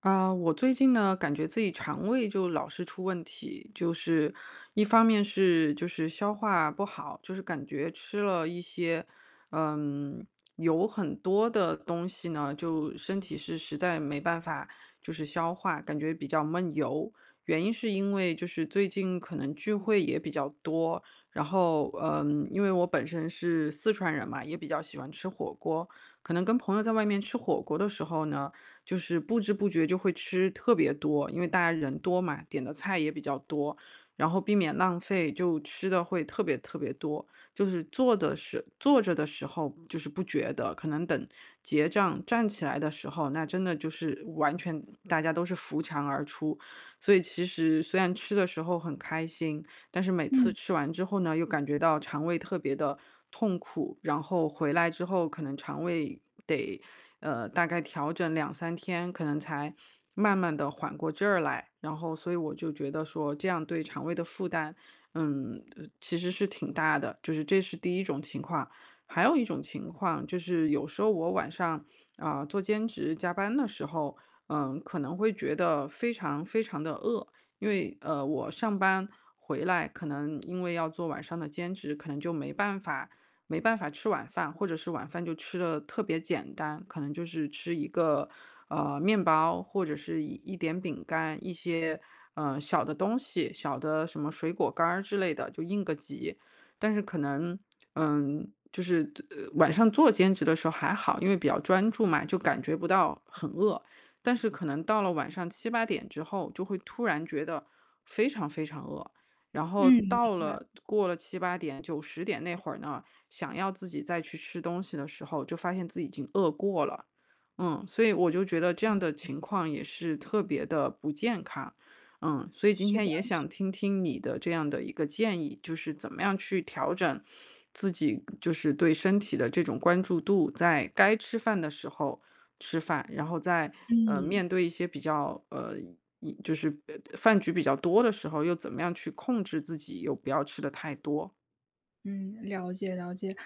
啊，我最近呢，感觉自己肠胃就老是出问题，就是一方面是就是消化不好，就是感觉吃了一些，嗯，油很多的东西呢，就身体是实在没办法就是消化，感觉比较闷油。原因是因为就是最近可能聚会也比较多，然后因为我本身是四川人嘛，也比较喜欢吃火锅，可能跟朋友在外面吃火锅的时候呢。就是不知不觉就会吃特别多，因为大家人多嘛，点的菜也比较多，然后避免浪费，就吃的会特别特别多。就是坐的是坐着的时候就是不觉得，可能等结账站起来的时候，那真的就是完全大家都是扶墙而出。所以其实虽然吃的时候很开心，但是每次嗯，吃完之后呢，又感觉到肠胃特别的痛苦，然后回来之后可能肠胃。得。大概调整两三天，可能才慢慢的缓过劲儿来。然后所以我就觉得说这样对肠胃的负担，其实是挺大的，就是这是第一种情况。还有一种情况就是有时候我晚上，啊，做兼职加班的时候，可能会觉得非常非常的饿。因为，我上班回来可能因为要做晚上的兼职，可能就没办法吃晚饭，或者是晚饭就吃的特别简单，可能就是吃一个面包，或者是一点饼干，一些小的东西，小的什么水果干儿之类的，就应个急。但是可能就是晚上做兼职的时候还好，因为比较专注嘛，就感觉不到很饿。但是可能到了晚上七八点之后，就会突然觉得非常非常饿。然后嗯，明到白，了过了七八点、九十点那会儿呢，想要自己再去吃东西的时候，就发现自己已经饿过了。所以我就觉得这嗯，样的情况也是特别的不健康。所以今是天的，也想听听你的这样的一个建议，就是怎么样去调整自己，就是对身体的这种关注度，在该吃饭的时候吃饭，然后在嗯。面对一些比较就是饭局比较多的时候，又怎么样去控制自己，又不要吃的太多。嗯，了解了解，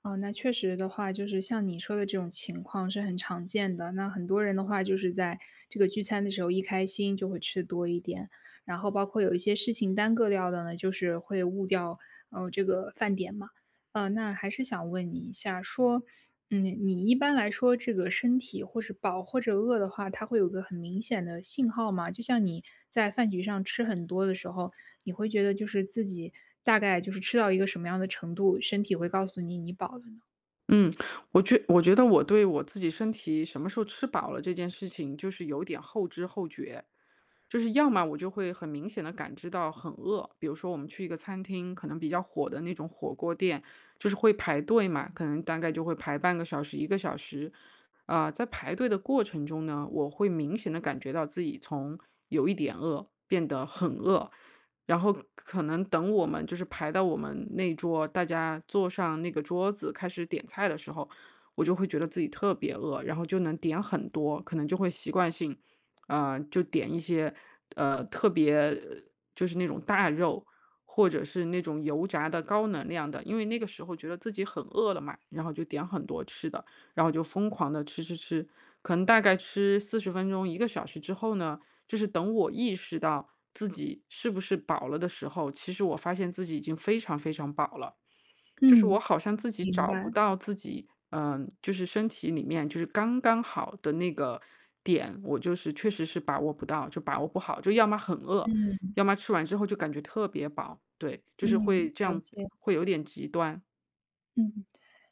啊，那确实的话，就是像你说的这种情况是很常见的。那很多人的话，就是在这个聚餐的时候一开心就会吃多一点，然后包括有一些事情耽搁掉的呢，就是会误掉这个饭点嘛。那还是想问你一下，说，你一般来说这个身体或是饱或者饿的话，它会有个很明显的信号吗？就像你在饭局上吃很多的时候，你会觉得就是自己大概就是吃到一个什么样的程度，身体会告诉你你饱了呢？嗯，我觉得我对我自己身体什么时候吃饱了这件事情，就是有点后知后觉。就是要么我就会很明显的感知到很饿，比如说我们去一个餐厅，可能比较火的那种火锅店，就是会排队嘛，可能大概就会排半个小时、一个小时。啊，在排队的过程中呢，我会明显的感觉到自己从有一点饿变得很饿，然后可能等我们就是排到我们那桌，大家坐上那个桌子开始点菜的时候，我就会觉得自己特别饿，然后就能点很多，可能就会习惯性就点一些，特别就是那种大肉，或者是那种油炸的高能量的，因为那个时候觉得自己很饿了嘛，然后就点很多吃的，然后就疯狂的吃吃吃。可能大概吃40分钟、一个小时之后呢，就是等我意识到自己是不是饱了的时候，其实我发现自己已经非常非常饱了。就是我嗯。好像自己明找不白，到自己，就是身体里面就是刚刚好的那个点，我就是确实是把握不到，就把握不好，就要么很饿，嗯要么吃完之后就感觉特别饱，对，就嗯，是会这了样，解，会有点极端。嗯，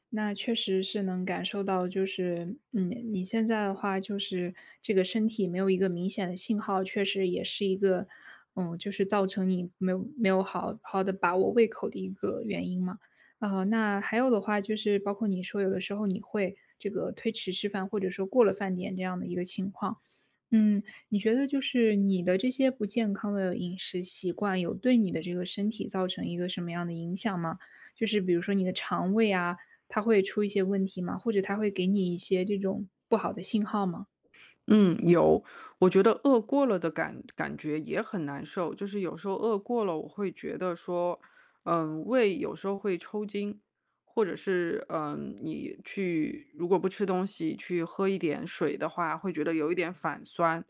那确实是能感受到，就是，你现在的话就是这个身体没有一个明显的信号，确实也是一个，就是造成你没有好好的把握胃口的一个原因嘛。啊，那还有的话就是包括你说有的时候你会这个推迟吃饭，或者说过了饭点这样的一个情况，嗯，你觉得就是你的这些不健康的饮食习惯，有对你的这个身体造成一个什么样的影响吗？就是比如说你的肠胃啊，它会出一些问题吗？或者它会给你一些这种不好的信号吗？嗯，有，我觉得饿过了的感觉也很难受，就是有时候饿过了，我会觉得说，胃有时候会抽筋，或者是你去如果不吃东西，去喝一点水的话，会觉得有一点反酸。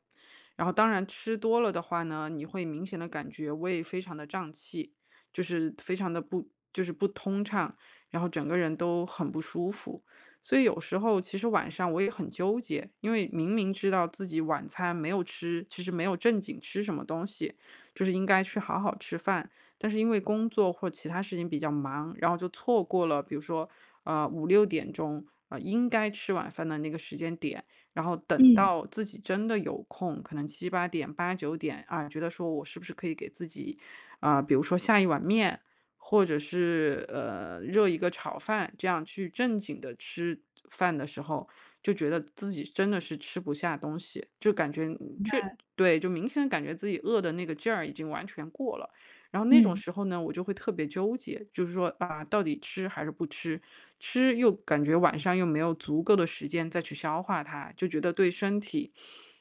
然后当然吃多了的话呢，你会明显的感觉胃非常的胀气，就是非常的不就是不通畅，然后整个人都很不舒服。所以有时候其实晚上我也很纠结，因为明明知道自己晚餐没有吃其实没有正经吃什么东西，就是应该去好好吃饭，但是因为工作或其他事情比较忙，然后就错过了，比如说，五六点钟，应该吃晚饭的那个时间点。然后等嗯。到自己真的有空，可能七八点、八九点，啊，觉得说我是不是可以给自己，啊，比如说下一碗面，或者是，热一个炒饭，这样去正经的吃饭的时候，就觉得自己真的是吃不下东西，就感觉对，就明显地感觉自己饿的那个劲儿已经完全过了。然后那种嗯。时候呢，我就会特别纠结，就是说啊，到底吃还是不吃？吃又感觉晚上又没有足够的时间再去消化它，就觉得对身体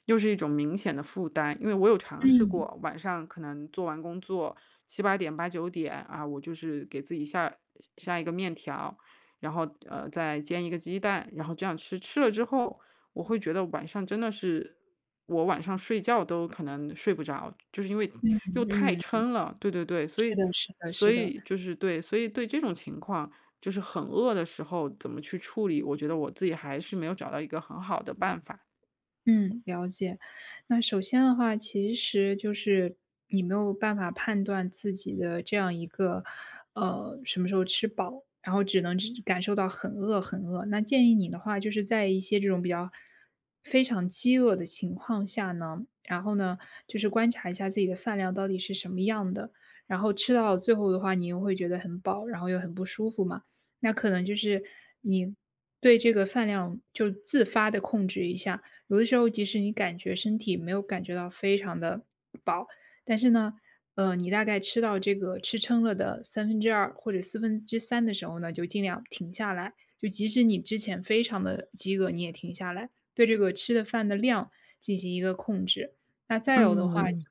又是一种明显的负担。因为我有尝试嗯。过，晚上可能做完工作七八点、八九点啊，我就是给自己下一个面条，然后再煎一个鸡蛋，然后这样吃。吃了之后，我会觉得晚上真的是我晚上睡觉都可能睡不着，就是因为又太嗯，撑了。对对对，所是以的是的所是的。以就是对，所以对这种情况，就是很饿的时候怎么去处理，我觉得我自己还是没有找到一个很好的办法。嗯，了解。那首先的话，其实就是你没有办法判断自己的这样一个，什么时候吃饱，然后只能只感受到很饿很饿。那建议你的话，就是在一些这种比较非常饥饿的情况下呢，然后呢，就是观察一下自己的饭量到底是什么样的，然后吃到最后的话，你又会觉得很饱，然后又很不舒服嘛。那可能就是你对这个饭量就自发的控制一下。有的时候，即使你感觉身体没有感觉到非常的饱，但是呢，你大概吃到这个吃撑了的2/3或者四分之三的时候呢，就尽量停下来。就即使你之前非常的饥饿，你也停下来，对这个吃的饭的量进行一个控制。那再有的话嗯，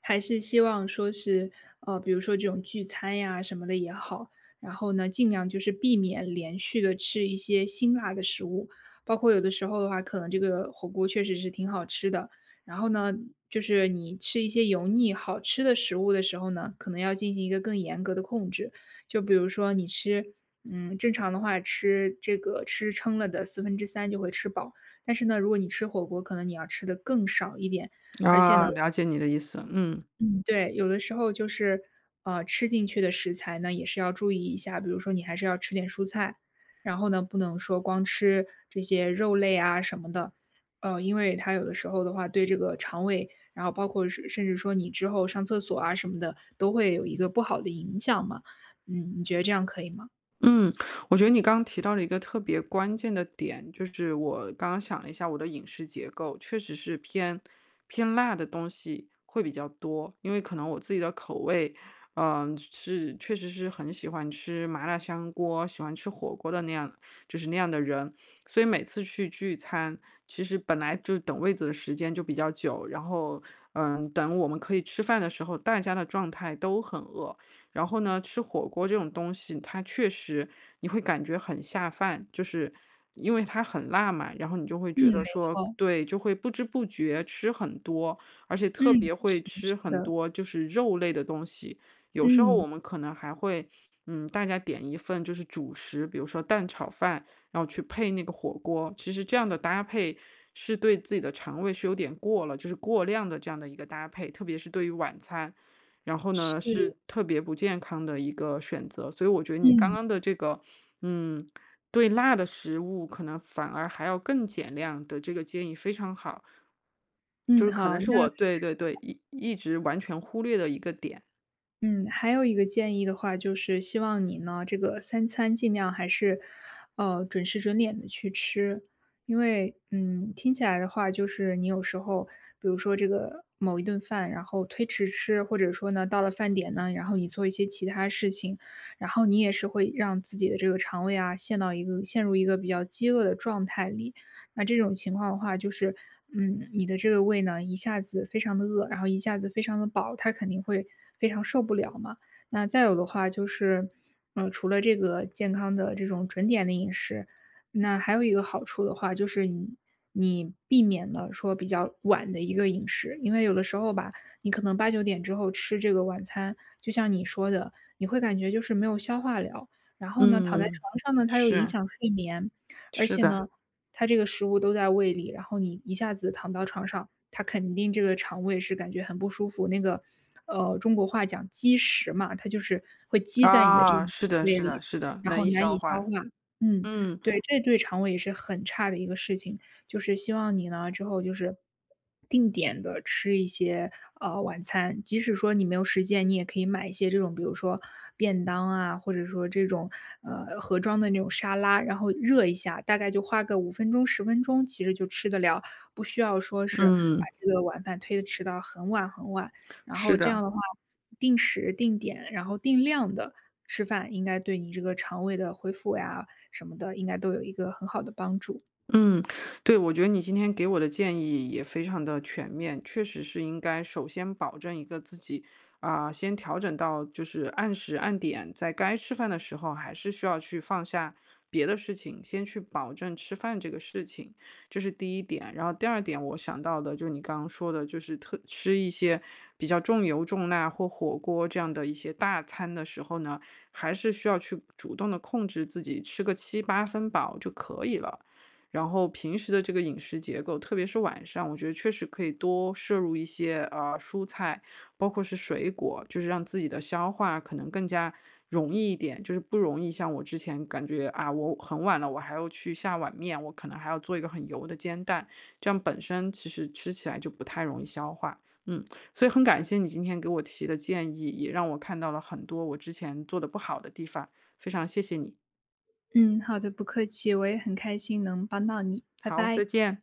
还是希望说是，比如说这种聚餐呀什么的也好，然后呢，尽量就是避免连续的吃一些辛辣的食物，包括有的时候的话，可能这个火锅确实是挺好吃的，然后呢，就是你吃一些油腻好吃的食物的时候呢，可能要进行一个更严格的控制。就比如说你吃正常的话吃这个吃撑了的四分之三就会吃饱，但是呢，如果你吃火锅，可能你要吃的更少一点，而且呢，啊，嗯了解你的意思，嗯。嗯，对，有的时候就是，吃进去的食材呢，也是要注意一下，比如说你还是要吃点蔬菜，然后呢，不能说光吃这些肉类啊什么的，因为它有的时候的话，对这个肠胃，然后包括是甚至说你之后上厕所啊什么的，都会有一个不好的影响嘛。嗯，你觉得这样可以吗？嗯，我觉得你刚刚提到了一个特别关键的点，就是我刚刚想了一下，我的饮食结构确实是偏辣的东西会比较多，因为可能我自己的口味，确实是很喜欢吃麻辣香锅，喜欢吃火锅的那样，就是那样的人，所以每次去聚餐，其实本来就等位子的时间就比较久，然后等我们可以吃饭的时候，大家的状态都很饿。然后呢，吃火锅这种东西，它确实你会感觉很下饭，就是因为它很辣嘛，然后你就会嗯，觉得没说，错，对，就会不知不觉吃很多，而且嗯，特别会是的，是吃很的，多就是肉类的东西。有时候嗯，我们可能还会，大家点一份就是主食，比如说蛋炒饭，然后去配那个火锅。其实这样的搭配是对自己的肠胃是有点过了，就是过量的这样的一个搭配，特别是对于晚餐。然后是，呢，是特别不健康的一个选择。所以我觉得你刚嗯，刚的这个，嗯，对辣的食物可能反而还要更减量的这个建议非常好，嗯，就是可好，能是那我对一直完全忽略的一个点。嗯，还有一个建议的话，就是希望你呢，这个三餐尽量还是，准时准点的去吃，因为，听起来的话，就是你有时候，比如说这个某一顿饭，然后推迟吃，或者说呢，到了饭点呢，然后你做一些其他事情，然后你也是会让自己的这个肠胃啊，陷入一个比较饥饿的状态里，那这种情况的话，就是，你的这个胃呢，一下子非常的饿，然后一下子非常的饱，它肯定会非常受不了嘛。那再有的话就是，除了这个健康的这种准点的饮食，那还有一个好处的话，就是你避免了说比较晚的一个饮食，因为有的时候吧，你可能8、9点之后吃这个晚餐，就像你说的，你会感觉就是没有消化了，然后呢，躺在嗯，床上呢，它又影是响睡眠，而是且的呢，它这个食物都在胃里，然后你一下子躺到床上，它肯定这个肠胃是感觉很不舒服。那个，中国话讲积食嘛，它就是会积在你的这个啊，是的胃是里，的是的，然后难以难以消消化。化。嗯，嗯对，这对肠胃也是很差的一个事情。就是希望你呢之后就是定点的吃一些晚餐，即使说你没有时间，你也可以买一些这种，比如说便当啊，或者说这种盒装的那种沙拉，然后热一下，大概就花个5分钟10分钟，其实就吃得了，不需要说是把嗯，这个晚饭推的吃到很晚很晚。然后是这样的。的话，定时定点，然后定量的吃饭，应该对你这个肠胃的恢复呀什么的，应该都有一个很好的帮助。嗯，对，我觉得你今天给我的建议也非常的全面，确实是应该首先保证一个自己啊、先调整到就是按时按点，在该吃饭的时候，还是需要去放下别的事情，先去保证吃饭这个事情，这是第一点。然后第二点，我想到的就是你刚刚说的，就是特吃一些比较重油重辣或火锅这样的一些大餐的时候呢，还是需要去主动的控制自己，吃个七八分饱就可以了。然后平时的这个饮食结构，特别是晚上，我觉得确实可以多摄入一些蔬菜，包括是水果，就是让自己的消化可能更加容易一点，就是不容易像我之前感觉啊，我很晚了，我还要去下碗面，我可能还要做一个很油的煎蛋，这样本身其实吃起来就不太容易消化。嗯，所以很感谢你今天给我提的建议，也让我看到了很多我之前做的不好的地方，非常谢谢你。嗯，好的，不客气，我也很开心能帮到你，拜好，拜。再见。